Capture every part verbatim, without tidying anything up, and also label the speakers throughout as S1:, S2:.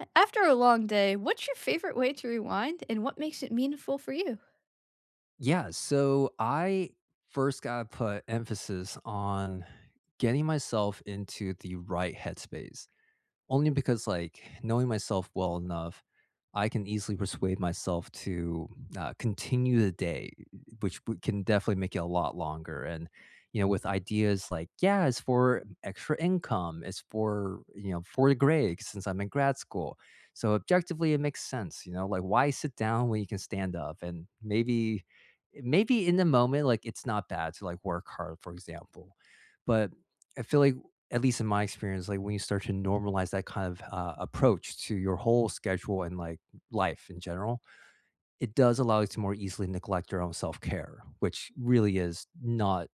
S1: A- After a long day, what's your favorite way to rewind and what makes it meaningful for you?
S2: Yeah, so I first gotta put emphasis on getting myself into the right headspace. Only because, like, knowing myself well enough, I can easily persuade myself to, uh, continue the day, which w can definitely make it a lot longer, and, you know, with ideas like, "Yeah, it's for extra income, it's for, you know, for the grades since I'm in grad school." So, objectively, it makes sense, you know, like, why sit down when you can stand up? And maybe maybe in the moment, like, it's not bad to, like, work hard, for example, but I feel like at least in my experience, like when you start to normalize that kind of uh, approach to your whole schedule and like life in general, it does allow you to more easily neglect your own self care, which really is not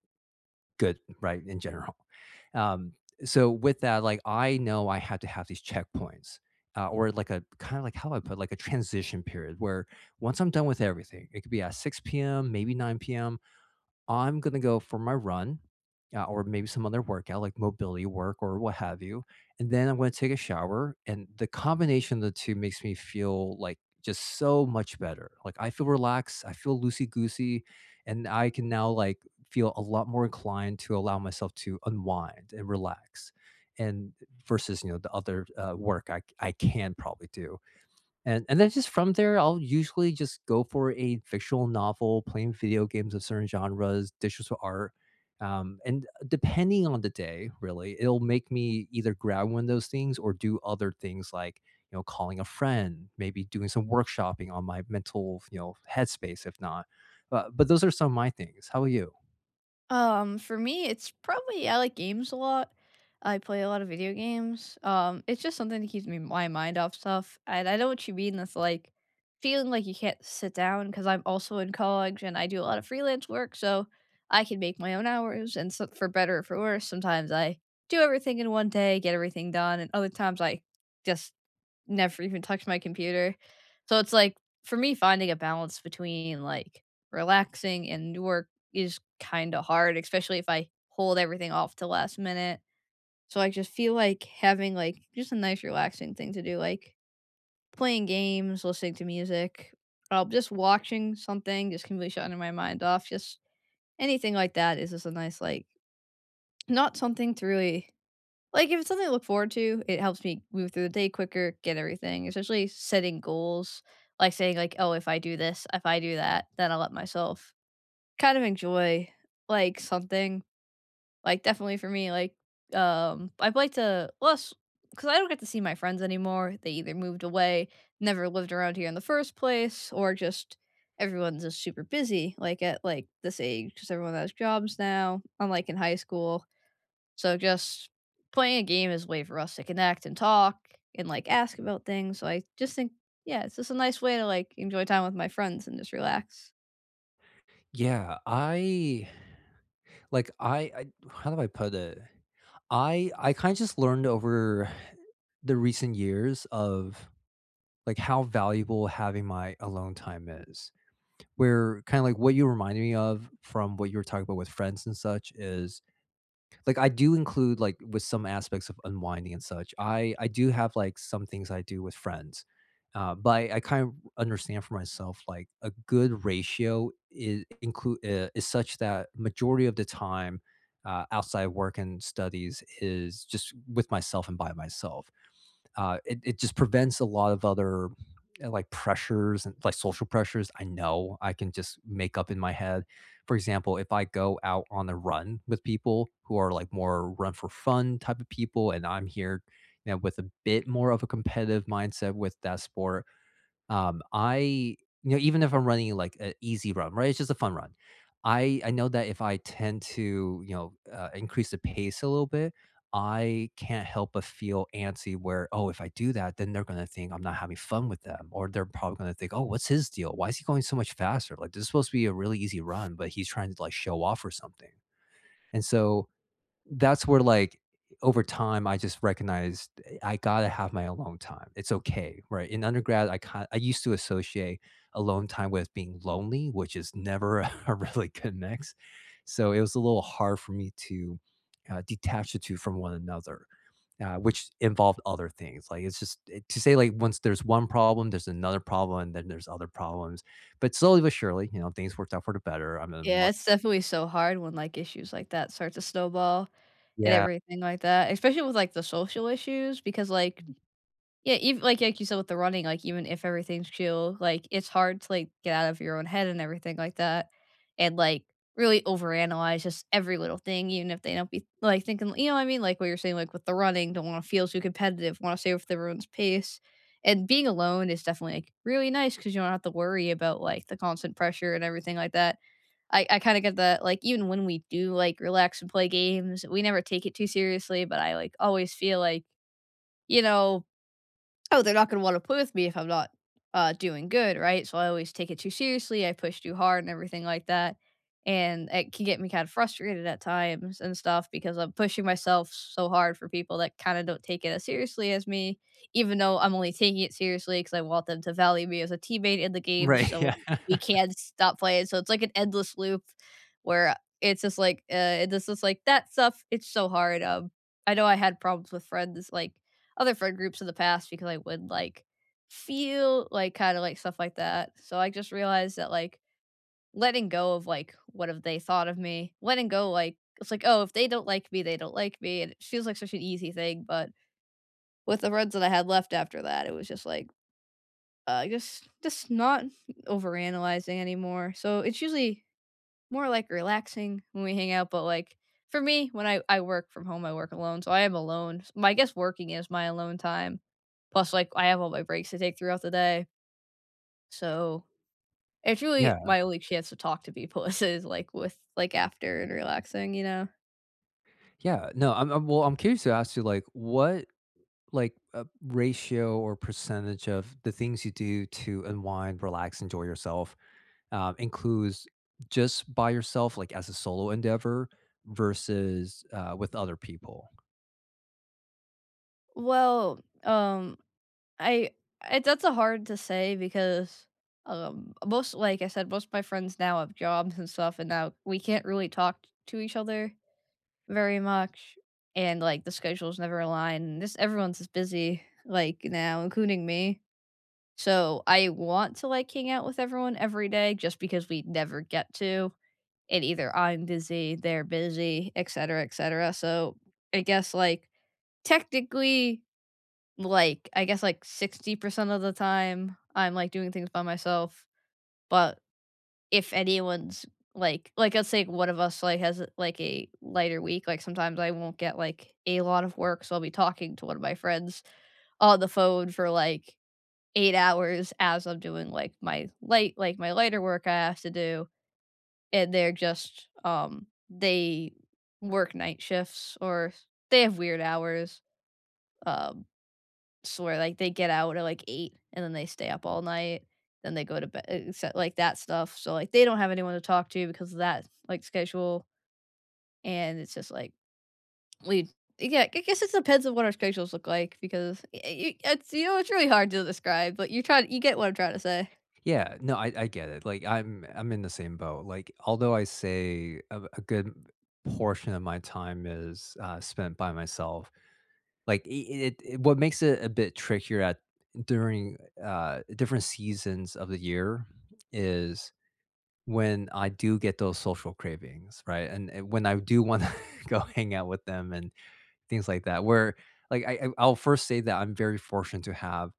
S2: good, right? In general. Um, so with that, like I know I have to have these checkpoints. Uh, or like a kind of like how I put like a transition period where once I'm done with everything, it could be at six p m, maybe nine p m. I'm gonna go for my run, uh, or maybe some other workout like mobility work or what have you, and then I'm gonna take a shower. And the combination of the two makes me feel like just so much better. Like I feel relaxed, I feel loosey goosey, and I can now like feel a lot more inclined to allow myself to unwind and relax. And versus you know the other uh, work I I can probably do. And and then just from there, I'll usually just go for a fictional novel, playing video games of certain genres, digital art. Um, and uh, depending on the day, really, it'll make me either grab one of those things or do other things like, you know, calling a friend, maybe doing some workshopping on my mental, you know, headspace, if not. Uh, but those are some of my things. How about you?
S1: Um, for me, it's probably I like games a lot. I play a lot of video games. Um, it's just something that keeps me my mind off stuff. And I know what you mean with like feeling like you can't sit down because I'm also in college and I do a lot of freelance work, so I can make my own hours. And so, for better or for worse, sometimes I do everything in one day, get everything done, and other times I just never even touch my computer. So it's like for me finding a balance between like relaxing and work is kind of hard, especially if I hold everything off to last minute. So I just feel like having like just a nice relaxing thing to do, like playing games, listening to music, uh, just watching something, just completely shutting my mind off, just anything like that is just a nice like not something to really like, if it's something to look forward to, it helps me move through the day quicker, get everything especially setting goals, like, saying, like, "Oh, if I do this, if I do that, then I'll let myself kind of enjoy, like, something." Like, definitely for me, like, um, I'd like to less because I don't get to see my friends anymore, they either moved away, never lived around here in the first place, or just everyone's just super busy, like, at, like, this age, age 'cause everyone has jobs now. I'm, like, in high school. So just playing a game is a way for us to connect and talk and like ask about things. So I just think, yeah, it's just a nice way to like enjoy time with my friends and just relax.
S2: Yeah, I Like, I I how do I put it? I I kinda just learned over the recent years of, like, how valuable having my alone time is, where kinda like what you reminded me of from what you were talking about with friends and such is like, I do include, like, with some aspects of unwinding and such, I I do have, like, some things I do with friends, uh, but I I kind of understand for myself, like, a good ratio is include uh, is such that majority of the time, uh, outside of work and studies is just with myself and by myself. Uh, it, it just prevents a lot of other uh, like pressures and like social pressures. I know I can just make up in my head. For example, if I go out on the run with people who are like more run for fun type of people, and I'm here, you know, with a bit more of a competitive mindset with that sport, um, I you know, even if I'm running like an easy run, right? It's just a fun run. I I know that if I tend to, you know, uh, increase the pace a little bit, I can't help but feel antsy where, oh, if I do that, then they're going to think I'm not having fun with them. Or they're probably going to think, oh, what's his deal? Why is he going so much faster? Like, this is supposed to be a really easy run, but he's trying to like show off or something. And so that's where like over time I just recognized eh, I gotta have my alone time. It's okay, right? In undergrad, I kind I used to associate alone time with being lonely, which is never a really good mix. So it was a little hard for me to uh, detach the two from one another, uh, which involved other things. Like it's just it- to say like once there's one problem, there's another problem, and then there's other problems. But slowly but surely, you know, things worked out for the better. I'm a
S1: Yeah,
S2: much
S1: it's definitely so hard when like issues like that start to snowball and
S2: yeah.
S1: everything like that, especially with like the social issues because like yeah, even like like you said with the running, like even if everything's chill, like it's hard to like get out of your own head and everything like that, and like really overanalyze just every little thing, even if they don't be like thinking, you know what I mean? Like what you're saying, like with the running, don't want to feel too competitive, want to stay with everyone's pace, and being alone is definitely like really nice because you don't have to worry about like the constant pressure and everything like that. I I kind of get that. Like even when we do like relax and play games, we never take it too seriously, but I like always feel like you know, "Oh, they're not gonna wanna play with me if I'm not, uh, doing good, right?" So I always take it too seriously, I push too hard and everything like that, and it can get me kinda frustrated at times and stuff because I'm pushing myself so hard for people that kinda don't take it as seriously as me, even though I'm only taking it seriously because I want them to value me as a teammate in the games,
S2: Right.
S1: so
S2: Yeah.
S1: we can't stop playing, so it's like an endless loop where it's just like, uh, it's just like, that stuff, it's so hard, um, I know I had problems with friends, like, other friend groups in the past because I would like feel like kind of like stuff like that. So I just realized that like letting go of like what have they thought of me, letting go like it's like oh if they don't like me they don't like me and it feels like such an easy thing. But with the friends that I had left after that, it was just like uh just just not overanalyzing anymore. So it's usually more like relaxing when we hang out, but like for me, when I I work from home, I work alone, so I am alone. S- My I guess working is my alone time. Plus, like I have all my breaks to take throughout the day, so it's really
S2: Yeah.
S1: my only chance to talk to people is, like with like after and relaxing, you know.
S2: Yeah, no, I'm I'm well, I'm curious to ask you, like, what, like, uh, ratio or percentage of the things you do to unwind, relax, enjoy yourself, um, includes just by yourself, like, as a solo endeavor versus, uh, with other people?
S1: Well, um, I, I that's a hard to say because um most like I said, most of my friends now have jobs and stuff, and now we can't really talk to each other very much. And, like, the schedules never align, and this everyone's just busy, like, now, including me. So, I want to, like, hang out with everyone every day just because we never get to, and either I'm busy, they're busy, etcetera, etcetera. So, I guess, like, technically, like, I guess, like, sixty percent of the time, I'm, like, doing things by myself, but if anyone's like like let's say one of us like has like a lighter week like sometimes I won't get like a lot of work so I'll be talking to one of my friends on the phone for like eight hours as I'm doing like my light like my lighter work I have to do and they're just um they work night shifts or they have weird hours um swear like they get out at like eight and then they stay up all night, then they go to bed, except like that stuff. So like they don't have anyone to talk to because of that like schedule. And it's just like we yeah, I guess it depends on what our schedules look like because y- y- it's you know it's really hard to describe, but you try you get what I'm trying to say.
S2: Yeah, no, I I get it, like, I'm I'm in the same boat, like, although I say a a good portion of my time is, uh, spent by myself. Like, I it it what makes it a bit trickier at during, uh, different seasons of the year is when I do get those social cravings, right? And and when I do wanna go hang out with them and things like that, where, like, I I I'll first say that I'm very fortunate to have,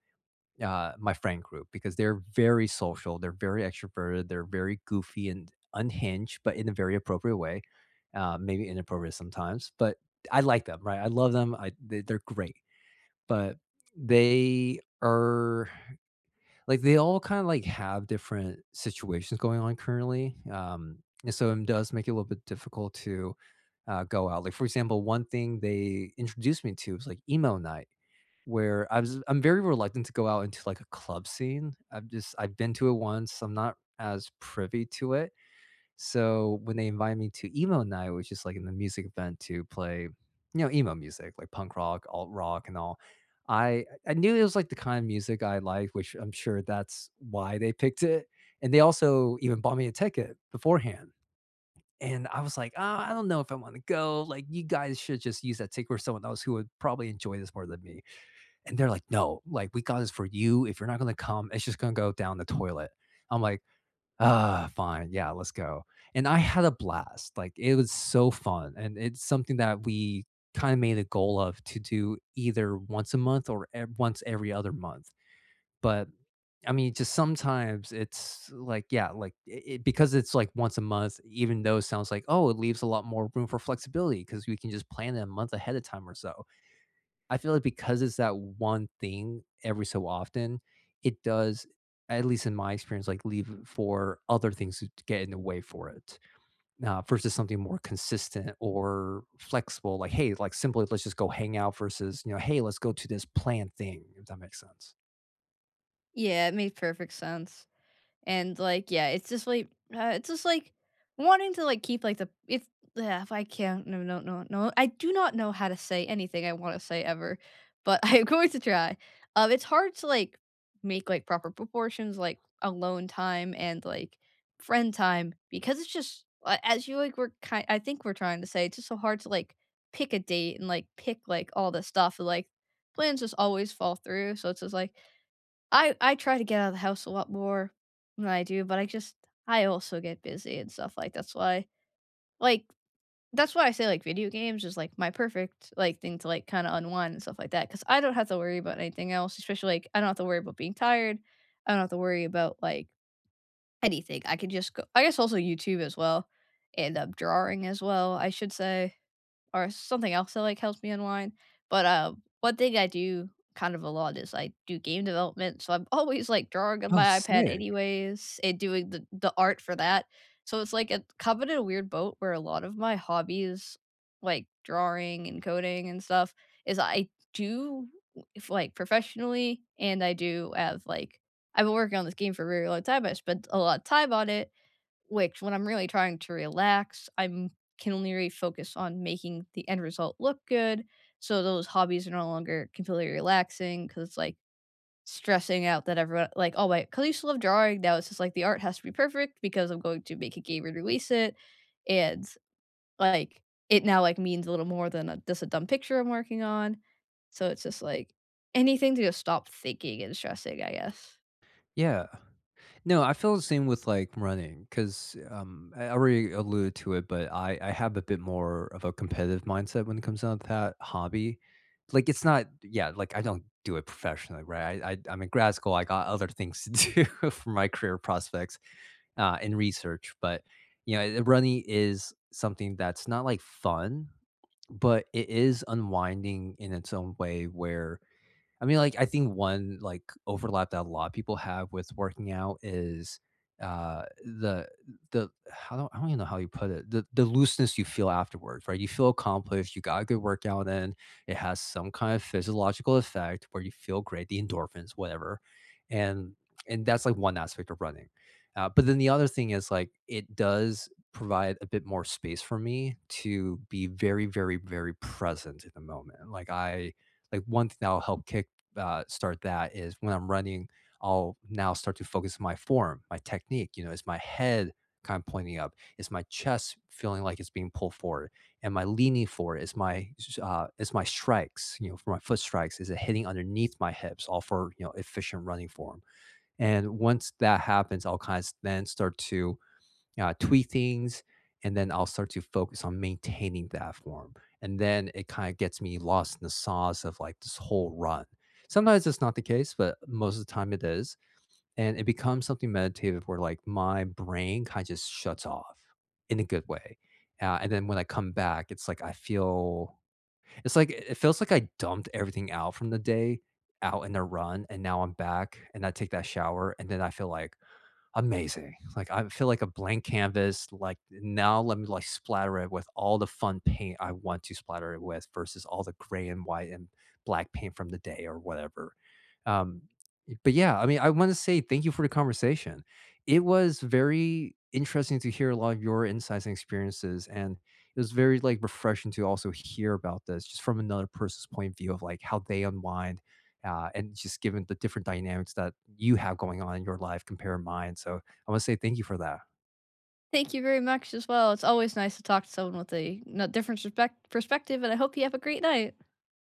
S2: uh, my friend group because they're very social, they're very extroverted, they're very goofy and unhinged, but in a very appropriate way, uh, maybe inappropriate sometimes, but I like them, right? I love them, I they they're great. But they are like, they all kinda, like, have different situations going on currently, um, and so it does make it a little bit difficult to, uh, go out. Like, for example, one thing they introduced me to was, like, emo night, where I was I'm very reluctant to go out into, like, a club scene. I've just I've been to it once. I'm not as privy to it. So when they invited me to emo night, which is like in the music event to play, you know, emo music, like punk rock, alt rock, and all. I I knew it was like the kind of music I like, which I'm sure that's why they picked it. And they also even bought me a ticket beforehand. And I was like, oh, I don't know if I want to go. Like, you guys should just use that ticket for someone else who would probably enjoy this more than me. And they're like, no, like, we got this for you. If you're not going to come, it's just going to go down the toilet. I'm like, uh, fine. Yeah, let's go. And I had a blast. Like it was so fun. And it's something that we kind of made a goal of to do either once a month or ev- once every other month. But I mean, just sometimes it's like, yeah, like it, it- because it's like once a month, even though it sounds like, oh, it leaves a lot more room for flexibility because we can just plan it a month ahead of time or so. I feel like because it's that one thing every so often, it does, at least in my experience, like leave for other things to get in the way for it uh, versus something more consistent or flexible. Like, hey, like simply let's just go hang out versus, you know, hey, let's go to this planned thing, if that makes sense.
S1: Yeah, it made perfect sense. And like, yeah, it's just like uh, it's just like wanting to like keep like the it's yeah, if I can't no no no no I do not know how to say anything I want to say ever, but I'm going to try. Um, it's hard to like make like proper proportions like alone time and like friend time because it's just a- as you like we're kind I think we're trying to say it's just so hard to like pick a date and like pick like all the stuff and like plans just always fall through. So it's just like I I try to get out of the house a lot more than I do, but I just I also get busy and stuff, like, that's why like, that's why I say, like, video games is, like, my perfect, like, thing to, like, kinda unwind and stuff like that because I don't have to worry about anything else, especially, like, I don't have to worry about being tired, I don't have to worry about, like, anything, I could just go I guess also YouTube as well, and, um, drawing as well, I should say or something else that, like, helps me unwind, but, uh, one thing I do kind of a lot is I do game development, so I'm always, like, drawing on
S2: Oh,
S1: my iPad
S2: sick.
S1: anyways and doing the the art for that, so it's, like, a caught in a weird boat where a lot of my hobbies, like drawing and coding and stuff, is I do if, like, professionally, and I do have, like I've been working on this game for a really long time, I spent a lot of time on it, which when I'm really trying to relax, I'm can only really focus on making the end result look good, so those hobbies are no longer completely relaxing because it's, like, stressing out that everyone like, "Oh, wait," 'cause I used to love drawing, now it's just, like, the art has to be perfect because I'm going to make a game and release it, and, like, it now, like, means a little more than a just a dumb picture I'm working on, so it's just, like, anything to just stop thinking and stressing, I guess.
S2: Yeah. No, I feel the same with like running because um, I already alluded to it, but I, I have a bit more of a competitive mindset when it comes down to that hobby. Like it's not, yeah, like I don't do it professionally, right? I, I, I'm in grad school. I got other things to do for my career prospects uh, and research, but you know, running is something that's not like fun, but it is unwinding in its own way where I mean, like, I think one, like, overlap that a lot of people have with working out is, uh, the the how do I don't even know how you put it, the the looseness you feel afterwards, right? You feel accomplished, you got a good workout in, it has some kind of physiological effect where you feel great, the endorphins, whatever, and and that's, like, one aspect of running. Uh, but then the other thing is, like, it does provide a bit more space for me to be very, very, very present in the moment. Like, I like, one thing that'll help kick uh, start that is when I'm running, I'll now start to focus on my form, my technique. You know, is my head kind of pointing up? Is my chest feeling like it's being pulled forward? Am I leaning forward? Is my uh, is my strikes, you know, for my foot strikes, is it hitting underneath my hips? All for you know efficient running form. And once that happens, I'll kind of then start to uh, tweak things, and then I'll start to focus on maintaining that form. And then it kind of gets me lost in the sauce of like this whole run. Sometimes it's not the case, but most of the time it is. And it becomes something meditative where like my brain kind of just shuts off in a good way. Uh, and then when I come back, it's like I feel it's like it feels like I dumped everything out from the day out in a run and now I'm back and I take that shower and then I feel like amazing. Like, I feel like a blank canvas, like, now let me, like, splatter it with all the fun paint I want to splatter it with versus all the gray and white and black paint from the day or whatever. Um, but yeah, I mean, I wanna say thank you for the conversation. It was very interesting to hear a lot of your insights and experiences, and it was very, like, refreshing to also hear about this just from another person's point of view of, like, how they unwind uh, and just given the different dynamics that you have going on in your life compare mine, so I want to say thank you for that.
S1: Thank you very much as well. It's always nice to talk to someone with a n different perspec perspective, and I hope you have a great night.